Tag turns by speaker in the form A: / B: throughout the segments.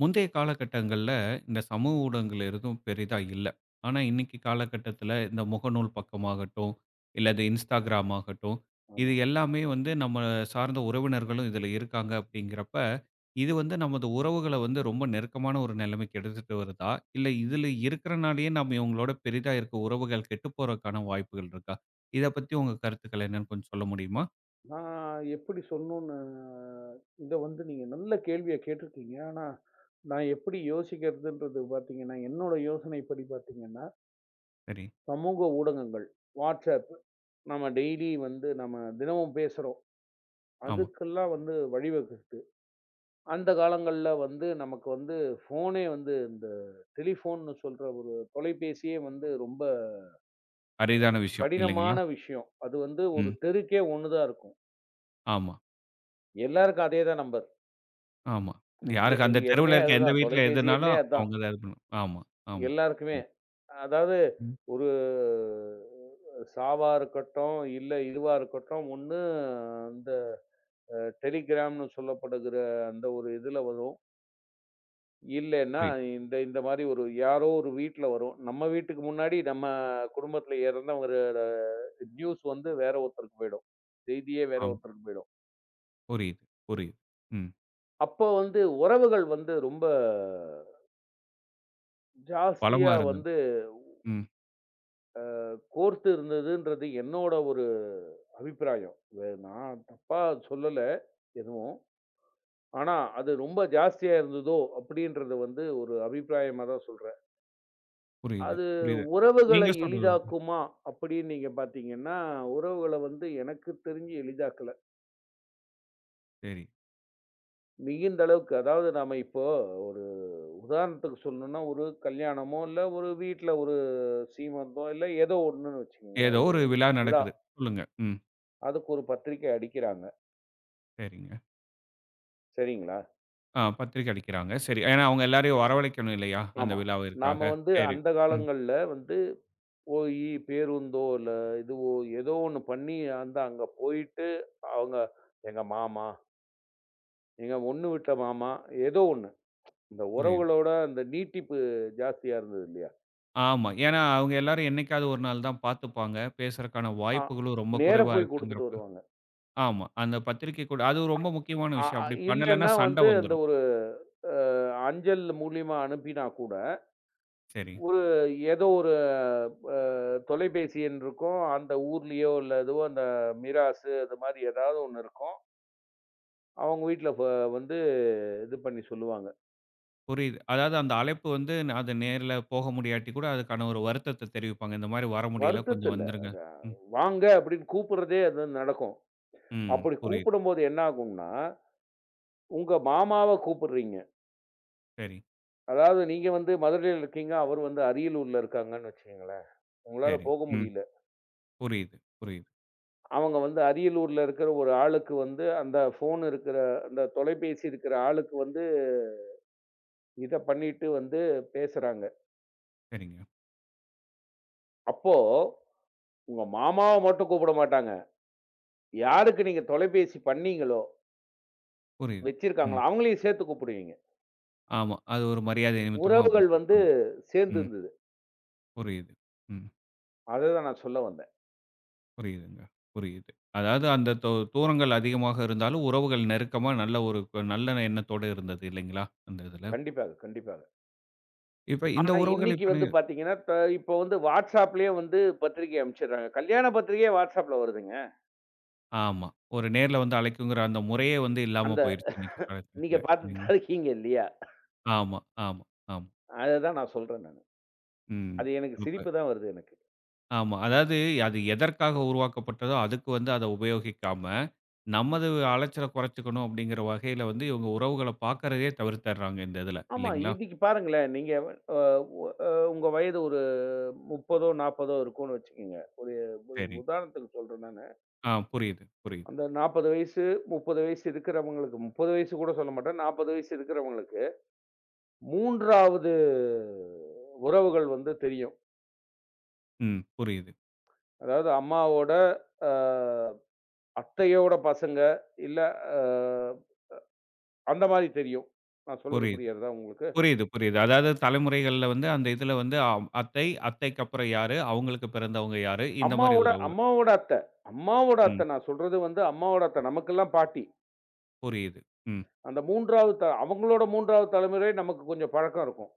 A: முந்தைய காலகட்டங்கள்ல இந்த சமூக ஊடகங்கள் எதுவும் பெரிதா இல்ல. ஆனா, இன்னைக்கு காலகட்டத்தில இந்த முகநூல் பக்கமாகட்டும், இல்ல இந்த Instagram ஆகட்டும், இது
B: ஆமா.
A: எல்லாமே வந்து நம்ம சார்ந்த உறவினர்களும் இதில இருக்காங்க அப்படிங்கிறப்ப, இது வந்து நமது உறவுகள வந்து ரொம்ப நெருக்கமான ஒரு நிலைமைக்கு எடுத்துட்டு வருதா? இல்ல இதில இருக்கிறனாலேயே நம்ம இவங்களோட பெரிதா இருக்க உறவுகள் கெட்டு போறதுக்கான வாய்ப்புகள் இருக்கா? இத பத்தி உங்க கருத்துக்கள் என்னன்னு கொஞ்சம் சொல்ல முடியுமா?
B: நான் எப்படி சொல்லணும்னு இத வந்து நீங்க நல்ல கேள்விய கேட்டிருக்கீங்க. ஆனா, நான் எப்படி யோசிக்கிறதுன்றது பார்த்தீங்கன்னா, என்னோட யோசனைப்படி பார்த்தீங்கன்னா,
A: சரி.
B: சமூக ஊடகங்கள், WhatsApp நம்ம டெய்லி வந்து நம்ம தினமும் பேசுறோம்.
A: ஆமா.
B: அதுக்கெல்லாம் வந்து வழிவகுக்குது. அந்த காலங்கள்ல வந்து நமக்கு வந்து ஃபோனே வந்து இந்த டெலிஃபோன்னு சொல்ற ஒரு தொலைபேசியே வந்து ரொம்ப
A: அரிதான விஷயம் இல்லைங்களா?
B: கடினமான விஷயம். அது வந்து ஒரு
A: ம்.
B: தெருக்கே ஒண்ணு தான் இருக்கும்.
A: ஆமா.
B: எல்லாருக்கும் அதே தான் நம்பர்.
A: ஆமா.
B: எ
A: யாருக்கு அந்த தெருவுல
B: எண்ணே
A: இருக்க எந்த
B: அதுதான்.
A: வீட்ல
B: தொலைபேசி எண்ணே
A: எதுனாலும்
B: அதான்.
A: அவங்க தான் இது பண்ணும். ஆமா, ஆமா.
B: எல்லாருக்குமே.
A: ம்,
B: அதாவது
A: ம்.
B: ஒரு சாவா இருக்கட்டும், இல்ல இதுவா இருக்கட்டும், ஒண்ணு இந்த டெலிகிராம்னு சொல்லப்படுகிற அந்த ஒரு இதுல வரும். இல்லன்னா,
A: புரியுது.
B: இந்த இந்த மாரி ஒரு யாரோ ஒரு வீட்ல வரும். நம்ம வீட்டுக்கு முன்னாடி நம்ம குடும்பத்துல இறந்தவங்களோட நியூஸ் வந்து வேற ஒருத்தருக்கு போயிடும். செய்தியே வேற
A: ஆமா.
B: ஒருத்தருக்கு போயிடும்.
A: புரியுது, புரியுது. ம்.
B: அப்போ வந்து உறவுகள் வந்து ரொம்ப
A: பலமா
B: ஜாஸ்தியா
A: இருந்தது.
B: வந்து
A: ம்.
B: கோர்த்து இருந்ததுன்றது என்னோட ஒரு அபிப்பிராயம். நான் தப்பா சொல்லல எதுவும். ஆனா, அது ரொம்ப ஜாஸ்தியா இருந்ததோ! அப்பிடின்றத வந்து ஒரு அபிப்பிராயமா தான் சொல்றேன்.
A: புரியுது,
B: அது
A: புரியுது.
B: உறவுகளை
A: நீங்க சொல்றது ஒண்ணு.
B: எளிதாக்குமா? அப்பிடின்னு நீங்க பார்த்தீங்கன்னா, உறவுகள வந்து எனக்கு தெரிஞ்சு எளிதாக்கல.
A: சரி.
B: மிகுந்த அளவுக்கு அதாவது நாம இப்போ ஒரு உதாரணத்துக்கு சொல்லணுன்னா, ஒரு கல்யாணமோ! இல்ல ஒரு வீட்ல ஒரு சீமந்தம், இல்ல ஏதோ ஒண்ணுன்னு வச்சுக்கங்களேன்.
A: ஏதோ
B: ஒரு
A: ஒரு விழா
B: விழா.
A: நடக்குது. சொல்லுங்க. ம்.
B: அதுக்கு ஒரு பத்திரிக்கை அடிக்கிறாங்க.
A: சரிங்க.
B: சரிங்களா?
A: ஆ பத்திரிக்கை அடிக்கிறாங்க. சரி. ஏன்னா அவங்க எல்லாரையும் வரவழைக்கணும் இல்லையா? அந்த
B: ஆமா.
A: விழாவிற்காக.
B: நாம வந்து
A: சரி.
B: அந்த
A: ம்.
B: காலங்கள்ல வந்து போயி பேருந்தோ, இல்ல இதுவோ ஏதோ ஒண்ணு பண்ணி அந்த அங்க போயிட்டு, அவங்க எங்க மாமா, எங்க ஒண்ணு விட்ட மாமா, ஏதோ ஒண்ணு. இந்த
A: புரியுது.
B: உறவுகளோட அந்த நீட்டிப்பு ஜாஸ்தியா இருந்தது இல்லையா?
A: ஆமா. ஏன்னா அவங்க எல்லாரும் என்னைக்காவது ஒரு நாள் தான் பார்த்துப்பாங்க. பேசுறக்கான
B: ஆ
A: வாய்ப்புகளும் ரொம்ப
B: நேரா
A: குறைவா
B: போய் குடுத்துட்டு
A: இருக்குங்கிறப்ப
B: வருவாங்க.
A: ஆமா. அந்த பத்திரிக்கை கூட அது ரொம்ப முக்கியமான
B: அ
A: விஷயம்.
B: அ
A: அப்படி பண்ணலன்னா
B: இல்லன்னா
A: சண்டை
B: வந்து அந்த
A: வந்துரும்.
B: ஒரு அ அஞ்சல் மூலியமா அனுப்பினா கூட,
A: சரி,
B: ஒரு ஏதோ ஒரு அ தொலைபேசி எண் இருக்கும். அந்த ஊர்லயோ, இல்ல எதுவோ அந்த மிராசு அது மாரி ஏதாவது ஒண்ணு இருக்கும். அவங்க வீட்ல வந்து இது பண்ணி சொல்லுவாங்க.
A: புரியுது. அதாவது அந்த அழைப்பு வந்து அது நேர்ல போக முடியாட்டி கூட அதுக்கான ஒரு வருத்தத்த தெரிவிப்பாங்க. இந்த மாரி வர முடியல கொஞ்சம்
B: வருத்தத்தில்ல.
A: வந்துருங்க.
B: அத
A: ம்,
B: வாங்க அப்படின்னு கூப்பிடுறதே அது நடக்கும்.
A: ம்.
B: அப்படி
A: புரியுது.
B: கூப்பிடும்போது என்ன ஆகும்னா, உங்க மாமாவ கூப்பிடுறீங்க.
A: சரி,
B: அதாவது நீங்க வந்து மதுரையில இருக்கீங்க, அவர் வந்து அரியலூர்ல இருக்காங்கன்னு வச்சுக்கங்களேன். உங்களால
A: சரி.
B: போக
A: ம்.
B: முடியல.
A: புரியுது, புரியுது.
B: அவங்க வந்து அரியலூர்ல இருக்கிற ஒரு ஆளுக்கு வந்து அந்த ஃபோன் இருக்கிற அந்த தொலைபேசி இருக்கிற ஆளுக்கு வந்து இத பண்ணிட்டு வந்து பேசுறாங்க.
A: சரிங்க.
B: அப்போ உங்க மாமாவ மட்டும் கூப்பிட மாட்டாங்க. யாருக்கு நீங்க தொலைபேசி பண்ணீங்களோ
A: புரியுது. ம்.
B: வச்சிருக்காங்களா அவங்களையும் சேர்த்து கூப்பிடுவீங்க.
A: ஆமா. அது ஒரு மரியாதை நிமித்தமா அப்படி
B: உறவுகள் வந்து
A: கூப்பிடுவாங்க.
B: சேர்ந்து
A: ம்.
B: இருந்தது.
A: புரியுது. ம்.
B: அததான் நான் சொல்ல வந்தேன்.
A: புரியுதுங்க. புரியுது. அதாவது அந்த தூரங்கள் அதிகமாக இருந்தாலும் உறவுகள் நெருக்கமா நல்ல ஒரு நல்ல எண்ணத்தோட இருந்தது இல்லைங்களா? அந்த இதுல.
B: கண்டிப்பாக, கண்டிப்பாக.
A: இப்ப இந்த
B: ஆனா
A: உறவுகள்
B: இன்னைக்கு
A: இப்ப
B: வந்து பார்த்தீங்கன்னா, இப்போ வந்து WhatsAppலயே வந்து பத்திரிக்கை அனுப்பிச்சுடுறாங்க. கல்யாண பத்திரிக்கையே WhatsAppல வருதுங்க.
A: ஆமா. ஒரு நேர்ல வந்து அழைக்குங்கிற அந்த முறையே வந்து இல்லாம
B: அந்த
A: போயிருச்சு இன்னைக்கு
B: நீங்க
A: காலகட்டத்துல.
B: பார்த்துட்டு
A: இல்லைங்களா?
B: தான் இருக்கீங்க இல்லையா?
A: ஆமா, ஆமா, ஆமா.
B: அததான் நான் சொல்றேன் நானு.
A: ம்.
B: அது எனக்கு
A: அப்ப
B: சிரிப்பு தான் வருது எனக்கு.
A: ஆமா. அதாவது அது எதற்காக உருவாக்கப்பட்டதோ அதுக்கு வந்து அத உபயோகிக்காம, நமது அலைச்சல குறைச்சுக்கணும் அப்படிங்கிற வகையில வந்து இவங்க உறவுகள பாக்கறதையே தவிர்த்தர்றாங்க இந்த இதுல.
B: ஆமா,
A: இல்லைங்களா?
B: இன்னைக்கு பாருங்களேன், நீங்க அ உ அ உங்க வயது ஒரு 30 40 இருக்கும்னு வச்சுக்கங்க. ஒரு
A: சரி.
B: உதாரணத்துக்கு சொல்றேன் நானு.
A: ஆ புரியுது, புரியுது.
B: அந்த 40 வயசு, 30 வயசு இருக்கிறவங்களுக்கு 30 வயசு கூட சொல்ல மாட்டேன். 40 வயசு இருக்கிறவங்களுக்கு 3வது உறவுகள் வந்து தெரியும்.
A: ம். புரியுது,
B: அதாவது அம்மாவோட அ அத்தையோட பசங்க, இல்ல அ அந்த மாரி தெரியும். நான் சொல்றது
A: புரியுது.
B: புரிகிறதா உங்களுக்கு?
A: புரியுது, புரியுது. அதாவது தலைமுறைகள்ல வந்து அந்த இதுல வந்து அத்தை, அத்தைக்கு அப்புறம் யாரு, அவங்களுக்கு பிறந்தவங்க யாரு, இந்த மாரி
B: அம்மாவோட
A: உறவுகள்.
B: அம்மாவோட அத்தை அம்மாவோட
A: ம்.
B: அத்தை நான் சொல்றது வந்து அம்மாவோட அத்தை. நமக்கெல்லாம் பாட்டி.
A: புரியுது. ம்.
B: அந்த 3வது அவங்களோட 3வது தலைமுறை நமக்கு கொஞ்சம் பழக்கம் இருக்கும்.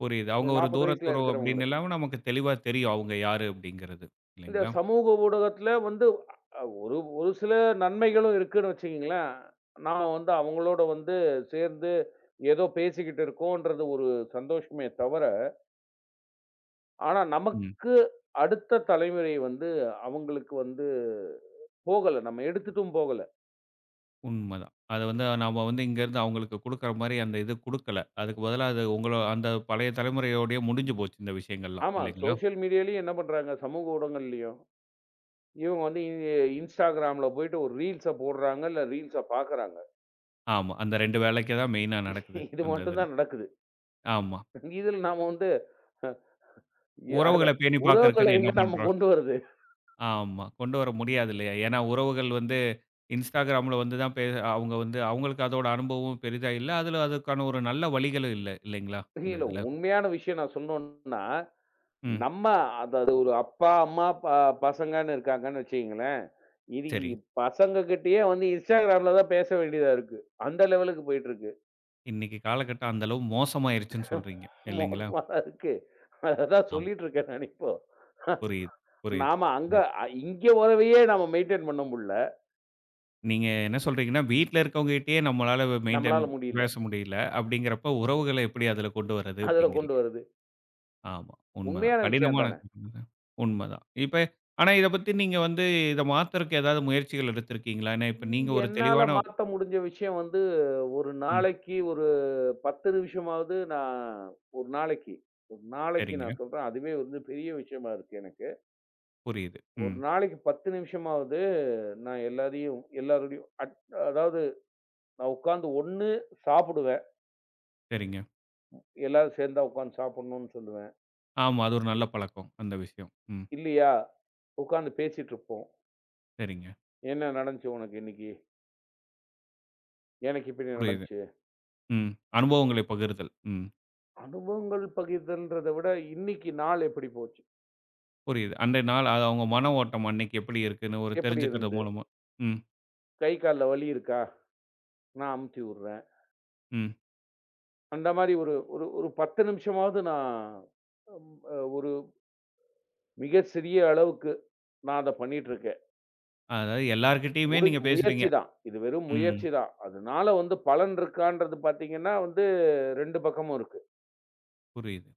A: புரியுது. அவங்க
B: ஒரு
A: ஒரு
B: 40 வயசுல
A: தூரத்துறவு அப்படின்னு
B: இருக்கிறவங்களுக்கு.
A: இல்லாம நமக்கு தெளிவா தெரியும் அவங்க யாரு அப்படிங்கிறது.
B: இந்த
A: இல்லைங்களா?
B: சமூக ஊடகத்தில வந்து அ ஒரு ஒரு சில நன்மைகளும் இருக்குன்னு வச்சுக்கங்களேன். நாம வந்து அவங்களோட வந்து சேர்ந்து ஏதோ பேசிக்கிட்டு இருக்கோன்றது ஒரு சந்தோஷமே தவிர, ஆனா
A: ம்.
B: நமக்கு அடுத்த தலைமுறை வந்து அவங்களுக்கு வந்து போகல. நம்ம எடுத்துட்டும் போகல.
A: உண்மதான். அத வந்து நாம வந்து இங்கருந்து அவங்களுக்கு குடுக்குற மாரி அந்த இது குடுக்கல. அதுக்கு பதிலா அது உங்கள அந்த பழைய தலைமுறையோடயே முடிஞ்சு போச்சு இந்த விஷயங்கள்லாம்.
B: ஆமா.
A: இல்லைங்களா?
B: சோசியல் மீடியாலயும் என்ன பண்றாங்க? சமூக ஊடகங்கள்லயும். இவங்க வந்து Instagramல போயிட்டு ஒரு ரீல்ஸ போடுறாங்க, இல்ல ரீல்ஸ பார்க்குறாங்க.
A: ஆமா. அந்த 2 வேலைக்கு தான் மெயினா நடக்குது.
B: இது
A: அந்த
B: மட்டும்
A: இதுல.
B: தான் நடக்குது.
A: ஆமா.
B: இதில நாம வந்து எ அத
A: உறவுகள பேணி
B: உறவுகள
A: பாக்கறக்குன்னு என்ன
B: எங்க நம்ம
A: பண்றோம்?
B: கொண்டு வரது?
A: ஆமா. கொண்டு வர முடியாது இல்லையா? ஏன்னா உறவுகள் வந்து Instagramல வந்து தான் அவங்க வந்து அவங்களுக்கு அதோட அனுபவமும் பெரிதா இல்ல. அதுல அதுக்கான ஒரு நல்ல வழிகளும் இல்ல. இல்லைங்களா? இந்த
B: இல்ல
A: இதுல.
B: உண்மையான விஷயம் நான் சொன்னோன்னா,
A: ம்.
B: நம்ம அதாவது ஒரு அப்பா, அம்மா, பசங்கன்னு இருக்காங்கன்னு வச்சுக்கங்களேன். இது
A: சரி.
B: பசங்ககிட்டயே வந்து Instagramல தான் பேச வேண்டியதா இருக்கு. அந்த லெவலுக்கு போயிட்டுருக்கு.
A: இன்னைக்கு காலகட்டம் அந்த அளவு மோசமாயிருச்சுன்னு சொல்றீங்க. இல்லைங்களா?
B: மோசமா தான் இருக்கு. அததான்
A: ஆமா.
B: சொல்லிட்டு இருக்கேன் நான் இப்போ.
A: புரியுது, புரியுது,
B: நாம அங்க
A: புரியுது.
B: அ இங்க உறவையே நாம மெயின்டெயின் பண்ண முடியல.
A: நீங்க என்ன சொல்றீங்கன்னா, வீட்ல இருக்கவங்ககிட்டயே நம்மளால மெயின்டெயின்
B: நம்மளால முடியல.
A: பேச முடியல. அப்படிங்கிறப்ப உறவுகள எப்படி அதுல கொண்டு வர்றது
B: அதுல கொண்டு
A: அப்படிங்கிறீங்க.
B: வருது.
A: ஆமா, உண்மதான்.
B: உண்மையான விஷயம்
A: கடினமான
B: அதானே!
A: உண்மதான். இப்ப ஆனா இத பத்தி நீங்க வந்து இத மாத்துறக்கு ஏதாவது முயற்சிகள் எடுத்திருக்கீங்களா? ஏன்னா இப்ப நீங்க ஒரு
B: என்னால
A: தெளிவான
B: மாத்த முடிஞ்ச விஷயம் வந்து, ஒரு
A: ம்.
B: நாளைக்கு ஒரு 10 நிமிஷமாவது நான் ஒரு நாளைக்கு ஒரு நாளைக்கு
A: சரிங்க.
B: நான் சொல்றேன். அதுவே வந்து பெரிய விஷயமா இருக்கு எனக்கு.
A: புரியுது.
B: ஒரு
A: ம்.
B: நாளைக்கு 10 நிமிஷமாவது நான் எல்லாரையும் எல்லாரோடையும் அதாவது நான் உட்கார்ந்து ஒண்ணு சாப்பிடுவேன்.
A: சரிங்க.
B: எல்லாரும் சேர்ந்தா உட்கார்ந்து சாப்பிடணும்னு சொல்லுவேன்.
A: ஆமா. அது ஒரு நல்ல பழக்கம். அந்த விஷயம். ம்.
B: இல்லையா, உட்கார்ந்து பேசிட்டு இருப்போம்.
A: சரிங்க.
B: "என்ன நடந்துச்சு உனக்கு இன்னைக்கு? எனக்கு இப்படி
A: புரியுது.
B: நடந்துச்சு."
A: ம். அனுபவங்களை பகிர்தல். ம்.
B: அனுபவங்கள் பகிர்தல்ன்றத விட, இன்னைக்கு நாள் எப்படி போச்சு?
A: புரியுது. அன்றைய நாள் அது அவங்க மன ஓட்டம் அன்னைக்கு எப்படி இருக்குன்னு ஒரு
B: எப்படி
A: தெரிஞ்சுக்கிறது
B: இருந்தது?
A: மூலமா. ம்,
B: கை கால்ல வலி இருக்கா? நான் அமுத்தி விடுறேன்.
A: ம்.
B: அந்த மாரி ஒரு ஒரு ஒரு 10 நிமிஷமாவது நான் ம் அ ஒரு மிக சிறிய அளவுக்கு நான் அத பண்ணிட்டுருக்கேன்.
A: அதாவது எல்லார்கிட்டயுமே நீங்க பேசுறீங்க.
B: முயற்சி தான். இது வெறும்
A: ம்.
B: முயற்சி தான். அதனால வந்து பலன் இருக்கான்றது பார்த்தீங்கன்னா வந்து 2 பக்கமும் இருக்கு.
A: புரியுது.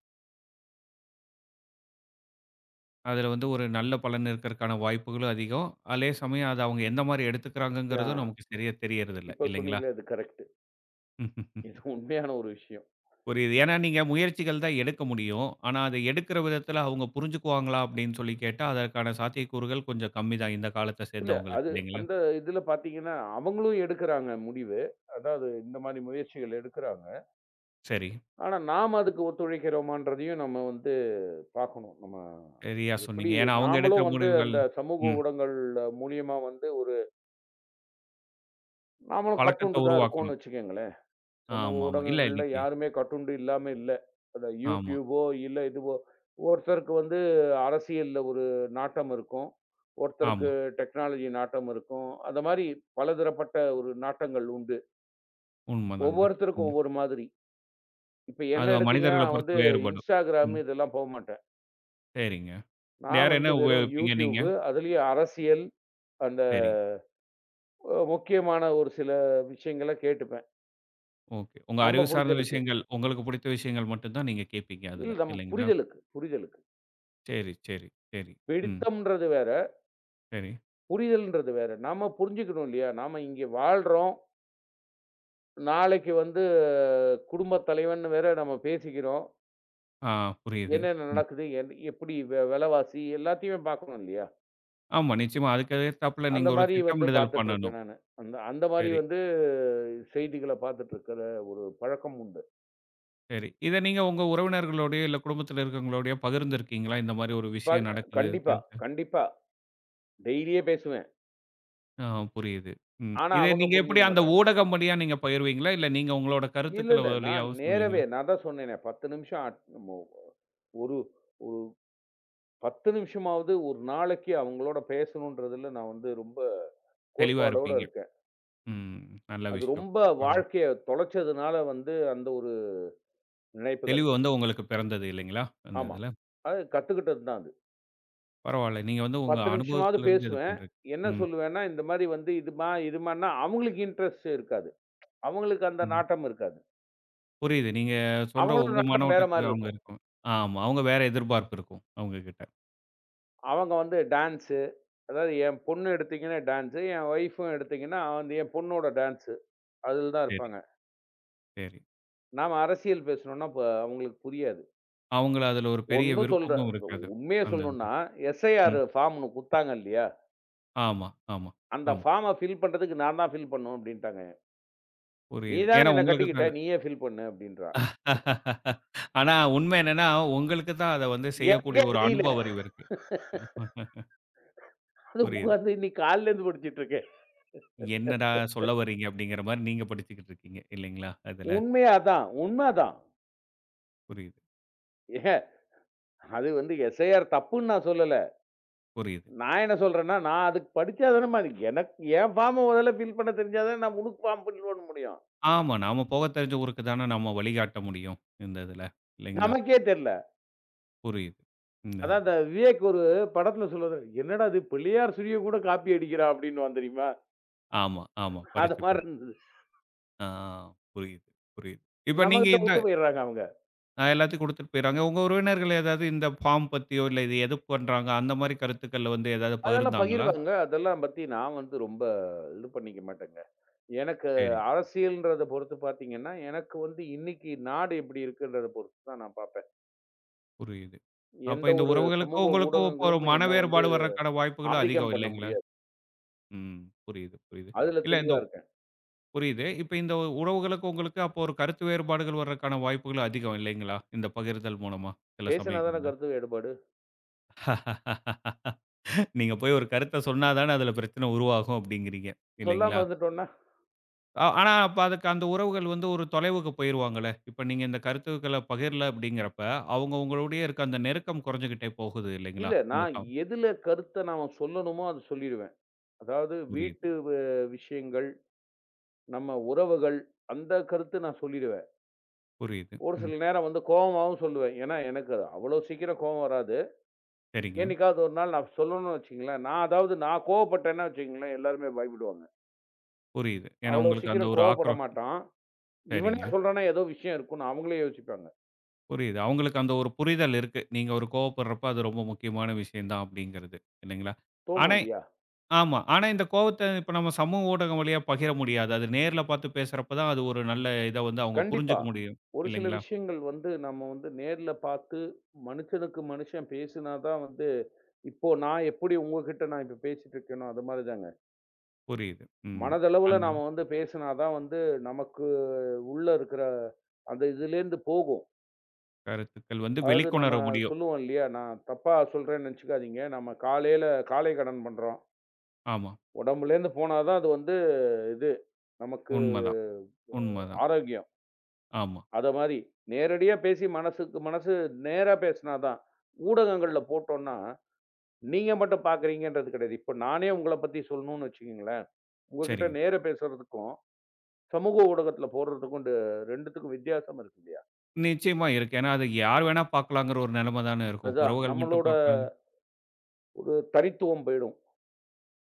A: அதுல வந்து ஒரு நல்ல பலன் இருக்கறக்கான வாய்ப்புகளும் அதிகம். அதே சமயம் அத அவங்க எந்த மாரி
B: ஆ
A: எடுத்துக்கிறாங்கங்கிறதும் நமக்கு சரியா தெரியறதில்ல
B: இப்ப
A: இல்லைங்களா?
B: சொன்னீங்களே அது கரெக்ட்டு.
A: ம், ம்,
B: இது
A: ம்.
B: உண்மையான ஒரு விஷயம்.
A: புரியுது. ஏன்னா நீங்க முயற்சிகள் தான் எடுக்க முடியும். ஆனா அத எடுக்கிற விதத்துல அவங்க புரிஞ்சுக்குவாங்களா அப்படின்னு சொல்லி கேட்டா, அதற்கான சாத்தியக்கூறுகள் கொஞ்சம் கம்மி தான் இந்த காலத்த
B: இல்ல
A: சேர்ந்தவங்களுக்கு
B: அது
A: இல்லைங்களா?
B: அந்த இதுல பார்த்தீங்கன்னா, அவங்களும் எடுக்குறாங்க முடிவு. அதாவது இந்த மாரி முயற்சிகள் எடுக்குறாங்க.
A: சரி.
B: ஆனா நாம அதுக்கு ஒத்துழைக்கிறோமான்றதையும் நம்ம வந்து பார்க்கணும். நம்ம
A: சரியா
B: எப்படி
A: சொன்னீங்க. ஏன்னா அவங்க எடுக்கிற
B: நாமளும் வந்து
A: முடிவுகள்
B: அந்த சமூக
A: ம்.
B: ஊடகங்கள் மூலியமா வந்து ஒரு நாமளும் கட்டுண்டு
A: பழக்கத்த
B: தான் இருக்கோம்னு
A: உருவாக்கணும்.
B: வச்சுக்கங்களேன். சமூக
A: ஆமாமா. இல்ல
B: ஊடகங்கள்ல
A: இன்னைக்கு
B: யாருமே கட்டுண்டு இல்லாம இல்ல. அந்த
A: ஆமா,
B: YouTubeஓ இல்ல இதுவோ ஒருத்தருக்கு வந்து அரசியல்ல ஒரு நாட்டம் இருக்கும். ஒருத்தருக்கு
A: ஆமா.
B: டெக்னாலஜி நாட்டம் இருக்கும். அந்த மாரி பலதரப்பட்ட ஒரு நாட்டங்கள் உண்டு.
A: உண்மதாங்க.
B: ஒவ்வொருத்தருக்கும்
A: ம்.
B: ஒவ்வொரு மாதிரி. இப்ப என்ன
A: அது
B: எடுத்தீங்கன்னா,
A: மனிதர்கள
B: நான்
A: பொறுத்து
B: வந்து
A: வேறுபடும்.
B: Instagram
A: ம்.
B: இதெல்லாம் போமாட்டேன்.
A: சரிங்க.
B: நான்
A: வேற என்ன
B: வந்து வெறும்
A: உபயோகிப்பீங்க நீங்க?
B: YouTube, அதுலயும் அரசியல் அ
A: சரி.
B: அ முக்கியமான ஒரு சில விஷயங்கள கேட்டுப்பேன்.
A: ஓகே. உங்க அறிவு
B: நம்ம
A: சார்ந்த
B: புரிதலுக்கு.
A: விஷயங்கள், உங்களுக்கு பிடித்த விஷயங்கள் மட்டும் தான் நீங்க கேட்பீங்க அதுல.
B: இல்ல நம்ம
A: இல்லைங்களா?
B: புரிதலுக்கு, புரிதலுக்கு.
A: சரி, சரி, சரி. ம்.
B: பிடித்தம்ன்றது வேற,
A: சரி.
B: புரிதல்ன்றது வேற. நாம புரிஞ்சுக்கணும் இல்லையா? நாம இங்க வாழ்றோம். நாளைக்கு வந்து குடும்பத் தலைவன்னு வேற நம்ம பேசிக்கிறோம்.
A: ஆ புரியுது.
B: என்னென்ன
A: ம்.
B: நடக்குது? எப்படி வெலவாசி எல்லாத்தையுமே பார்க்கணும் இல்லையா?
A: ஆமா, நிச்சயமா. அதுக்கு எதிர்த்தாப்புல
B: அந்த
A: நீங்க ஒரு
B: மாரி வந்து
A: திட்டமிடுதல்
B: பார்த்துட்டுருப்பேன்
A: பண்ணணும்.
B: நானு. அந்த அந்த மாரி
A: சரி,
B: வந்து செய்திகள பார்த்துட்டுருக்கிற ஒரு பழக்கம் உண்டு.
A: சரி. இத நீங்க உங்க உறவினர்களோடயோ, இல்ல குடும்பத்தில இருக்கிறவங்களோடயோ பகிர்ந்திருக்கீங்களா? இந்த மாரி ஒரு
B: ப
A: விஷயம் நடக்குது.
B: கண்டிப்பா, கண்டிப்பா. டெய்லியே பேசுவேன்.
A: ஆ புரியுது. ம்.
B: ஆனா
A: இத
B: அவங்க
A: நீங்க எப்படி
B: புரிஞ்சுக்க
A: அந்த
B: மாட்டாங்க.
A: ஊடகம் வழியா நீங்க பகிர்வீங்களா? இல்ல நீங்க உங்களோட
B: இல்ல,
A: கருத்துக்கள
B: இல்ல. நான்
A: வழியாவோ
B: நேரவே
A: சொல்லுவீங்களா?
B: நான் தான் சொன்னேனே 10 நிமிஷம் அட் மு ஒரு ஒரு 10 நிமிஷமாவது ஒரு நாளைக்கு அவங்களோட பேசணுன்றதுல நான் வந்து ரொம்ப
A: தெளிவா
B: கோட்பாடோட
A: இருப்பீங்க.
B: இருக்கேன்.
A: ம். நல்ல
B: அது
A: விஷயம்.
B: ரொம்ப
A: பரம்
B: வாழ்க்கைய தொலைச்சதுனால வந்து அந்த ஒரு நினைப்புகள்.
A: தெளிவு வந்து உங்களுக்கு பிறந்தது இல்லைங்களா? அந்த
B: ஆமா.
A: இதுல.
B: அது கத்துக்கிட்டது தான் அது.
A: பரவால்ல. நீங்க வந்து உங்க
B: 10 நிமிஷமாவது
A: அனுபவத்திலிருந்து இது
B: பேசுவேன்.
A: பண்றீங்க.
B: என்ன
A: ம்,
B: சொல்லுவேன்னா, இந்த மாரி வந்து இதுமா இதுமான்னா, அவங்களுக்கு இன்ட்ரெஸ்ட் இருக்காது. அவங்களுக்கு அந்த
A: ம்.
B: நாட்டம் இருக்காது.
A: புரியுது. நீங்க சொல்ற
B: அவங்களோட
A: உங்க
B: நாட்டம் வேற
A: மனோட்டத்துக்கு
B: மாரி
A: அவங்க
B: இருக்கும்.
A: இருக்கும். ஆமா. அவங்க வேற எதிர்பார்ப்பு இருக்கும் அவங்க கிட்ட.
B: அவங்க வந்து டான்ஸு. அதாவது என் பொண்ணு எடுத்தீங்கன்னா டான்ஸு, என் ஒய்ஃபும் எடுத்தீங்கன்னா, வந்து என் பொண்ணோட டான்ஸு. அதில தான்
A: சரி,
B: இருப்பாங்க.
A: சரி.
B: நாம அரசியல் பேசணும்னா, இப்ப அவங்களுக்கு புரியாது.
A: அவங்கள அதுல ஒரு பெரிய
B: ஒண்ணும் சொல்ற
A: விருப்பமும் இருக்காது.
B: உண்மைய
A: அந்த இதுல.
B: சொல்லணும்னா, எஸ்ஐஆர்
A: ம்.
B: ஃபார்ம் ஒண்ணு குடுத்தாங்க இல்லையா?
A: ஆமா, ஆமா,
B: அந்த
A: ஆமா.
B: ஃபார்ம ஃபில் பண்றதுக்கு நான் தான் ஃபில் பண்ணணும் அப்டின்ட்டாங்க. "நீ
A: புரியுது.
B: தானே
A: ஏன்னா
B: என்ன
A: உங்களுக்கு
B: கட்டிக்கிட்ட, நீயே ஃபில் பண்ணு" அப்டின்றா.
A: ஆனா, உண்மை என்னன்னா, உங்களுக்கு தான் அத வந்து செய்யக்கூடிய
B: எனக்கே
A: ஒரு
B: தெரியல.
A: அனுபவ அறிவு இருக்கு.
B: அது
A: புரியுது.
B: உட்கார்ந்து இன்னைக்கு காலையிலேருந்து படிச்சுட்டு இருக்கேன்.
A: என்னடா சொல்ல வர்றீங்க அப்படிங்கிற மாரி நீங்க படிச்சுக்கிட்டு இருக்கீங்க இல்லைங்களா? அதுல.
B: உண்மையா அதான். உண்ம அதான்.
A: புரியுது,
B: ஏங்க அது வந்து எஸ்ஐஆர் தப்புன்னு நான் சொல்லல.
A: புரியுது.
B: நான் என்ன சொல்றேன்னா, நான் அதுக்கு படிச்சா தானேம்மா அது எனக்கு என் ஃபார்ம முதல்ல ஃபில் பண்ண தெரிஞ்சா தானே நான் உனக்கு ஃபார்ம் ஃபில் பண்ண முடியும்.
A: ஆமா, நாம போக தெரிஞ்ச ஊருக்கு தானே நம்ம வழிகாட்ட முடியும். இந்த இதுல. இல்லைங்களா?
B: நமக்கே தெரியல.
A: புரியுது. இந்த
B: அதான்
A: இதுல.
B: அந்த விவேக் ஒரு படத்துல சொல்லுவாரு, "என்னடா இது பிள்ளையார் சுழிய கூட காப்பி அடிக்கிறா" அப்படின்னுவான் தெரியுமா?
A: ஆமா, ஆமா.
B: அது
A: பரிட்சை
B: மாரி
A: பேப்பர்.
B: இருந்தது.
A: ஆ புரியுது, புரியுது. இப்ப நீங்க
B: நம்மகிட்ட
A: இந்த
B: வுட்டு போயிடுறாங்க அவங்க.
A: எல்லாத்தையும் குடுத்துட்டு போயிறாங்க. உங்க உறவினர்கள் ஏதாவது இந்த ஃபார்ம் பத்தியோ, இல்ல இது எது பண்றாங்க அந்த மாரி கருத்துக்கள்ல வந்து ஏதாவது
B: அதெல்லாம்
A: பகிர்ந்தாங்களா?
B: பகிர்வாங்க. அதெல்லாம் பத்தி நான் வந்து ரொம்ப இது பண்ணிக்க மாட்டேங்க. எனக்கு
A: சரி.
B: அரசியல்ன்றத பொறுத்து பார்த்தீங்கன்னா, எனக்கு வந்து இன்னைக்கு நாடு எப்படி இருக்குன்றத பொறுத்து தான் நான் பார்ப்பேன்.
A: புரியுது. அப்ப
B: எந்த
A: இந்த
B: ஒரு
A: உறவுகளுக்கும்,
B: சமூக
A: உங்களுக்கும் இப்போ ஒரு
B: ஊடகங்களும்
A: மன
B: என்ன வந்து
A: வேறுபாடு வர்றக்கான வாய்ப்புகளும்
B: ஆதிக்கம்
A: அதிகம்
B: பண்ண
A: இல்லைங்களா?
B: முடியாது.
A: ம். புரியுது, புரியுது.
B: அதுல
A: இல்ல இந்த
B: தெளிவா இருக்கேன்.
A: புரியுது. இப்ப இந்த உறவுகளுக்கு உங்களுக்கு அப்போ ஒரு கருத்து வேறுபாடுகள் வர்றக்கான வாய்ப்புகளும் அதிகம் இல்லைங்களா? இந்த பகிர்தல் மூலமா சில
B: பேசினா தானே
A: சமயங்கள்ல.
B: கருத்து வேறுபாடு.
A: நீங்க போய் ஒரு கருத்த சொன்னா தானே அதில பிரச்சனை உருவாகும் அப்டிங்கிறீங்க.
B: சொல்லாம
A: இல்லைங்களா?
B: இருந்துட்டோம்னா,
A: ஆனா அப்ப அதுக்கு அந்த உறவுகள் வந்து ஒரு தொலைவுக்கு போயிருவாங்கல்ல. இப்ப நீங்க இந்த கருத்துக்கள பகிரல அப்டிங்கிறப்ப, அவங்க உங்களுடைய இருக்க அந்த நெருக்கம் குறைஞ்சுகிட்டே போகுது இல்லைங்களா?
B: இல்ல
A: இந்த
B: நான் எதுல கருத்த நாம சொல்லணுமோ அத சொல்லிருவேன். அதாவது
A: புரியுது.
B: வீட்டு விஷயங்கள், நம்ம உறவுகள் அந்த கருத்து நான் சொல்லிருவேன்.
A: புரியுது.
B: ஒரு
A: ம்.
B: சில நேரம் வந்து கோவமாவும் சொல்லுவேன். ஏன்னா, எனக்கு அது அவ்வளோ சீக்கிரம் கோவம் வராது.
A: சரிங்க.
B: என்னைக்காவது ஒரு நாள் நான் சொல்லணும்னு வச்சுக்கங்களேன், நான் அதாவது நான் கோவப்பட்டேன்னா வச்சுக்கங்களேன், எல்லாருமே பயப்படுவாங்க.
A: புரியுது. ஏன்னா
B: அவ்வளோ
A: உங்களுக்கு அந்த
B: சீக்கிரம்
A: ஒரு
B: கோவப்பட மாட்டான். இவனே
A: சரிங்க.
B: சொல்றான்னா ஏதோ விஷயம் இருக்குன்னு அவங்களே யோசிப்பாங்க.
A: புரியுது. அவங்களுக்கு அந்த ஒரு புரிதல் இருக்கு. நீங்க ஒரு கோவப்படுறப்ப அது ரொம்ப முக்கியமான விஷயம் தான் அப்படிங்கிறது. இல்லைங்களா?
B: தோணும்
A: ஆனா
B: இல்லையா?
A: ஆமா. ஆனா இந்த கோவத்த இப்ப நம்ம சமூக ஊடகம் வழியா பகிர முடியாது. அது நேர்ல பார்த்து பேசுறப்ப தான் அது ஒரு நல்ல இத வந்து அவங்க
B: கண்டிப்பா.
A: புரிஞ்சுக்க முடியும்.
B: ஒரு சில
A: இல்லைங்களா?
B: விஷயங்கள் வந்து நம்ம வந்து நேர்ல பார்த்து, மனுஷனுக்கு மனுஷன் பேசினா தான் வந்து இப்போ நான் எப்படி உங்ககிட்ட நான் இப்ப பேசிட்டு இருக்கேனோ, அது மாரி தாங்க.
A: புரியுது. ம்.
B: மனதளவுல
A: அந்த
B: நாம வந்து பேசினா தான் வந்து நமக்கு உள்ள இருக்கிற அந்த இதுலேருந்து போகும்.
A: கருத்துக்கள் வந்து
B: அதாவது நம்ம
A: வெளிக்கொணர முடியும்.
B: சொல்லுவோம் இல்லையா, நான் தப்பா சொல்றேன்னு நெனச்சுக்காதீங்க. நம்ம காலையில காலை கடன் பண்றோம்.
A: ஆமா.
B: உடம்புலேருந்து போனா தான் அது வந்து இது நமக்கு
A: உண்மதான், உண்மதான்.
B: ஆரோக்கியம்.
A: ஆமா.
B: அத மாரி. நேரடியா பேசி மனசுக்கு மனசு நேரா பேசினா தான். ஊடகங்கள்ல போட்டோம்ன்னா, நீங்க மட்டும் பார்க்குறீங்கன்றது கிடையாது. இப்ப நானே உங்கள பத்தி சொல்லணும்னு வச்சுக்கங்களேன், உங்ககிட்ட
A: சரிங்க.
B: நேரா பேசுறதுக்கும், சமூக ஊடகத்துல போடுறதுக்கும் 2த்துக்கும் வித்தியாசம் இருக்கு இல்லையா?
A: நிச்சயமா இருக்கு. ஏன்னா, அது யார் வேணா பார்க்கலாங்கிற ஒரு நிலைமை தானே இருக்கும்.
B: அதுதான்
A: உறவுகள் மட்டும்
B: நம்மளோட
A: பார்க்கலாம்
B: ஒரு தனித்துவம் போயிடும்.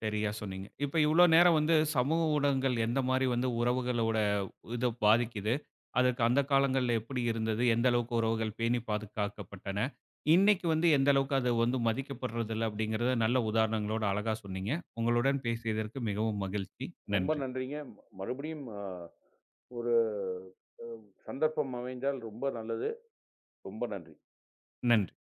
A: சரியா சொன்னீங்க. இப்ப இவ்ளோ நேரம் வந்து சமூக ஊடகங்கள் எந்த மாரி வந்து உறவுகளோட இத பாதிக்குது? அதுக்கு அந்த காலங்கள்ல எப்படி இருந்தது? எந்த அளவுக்கு உறவுகள் பேணி பாதுகாக்கப்பட்டன? இன்னைக்கு வந்து எந்த அளவுக்கு அது வந்து மதிக்கப்படுறதில்ல அப்படிங்கிறத நல்ல உதாரணங்களோட அழகா சொன்னீங்க. உங்களுடன் பேசியதற்கு மிகவும் மகிழ்ச்சி.
B: ரொம்ப
A: நன்றி.
B: நன்றிங்க. மறுபடியும் ஒரு சந்தர்ப்பம் அமைந்தால் ரொம்ப நல்லது. ரொம்ப நன்றி.
A: நன்றி.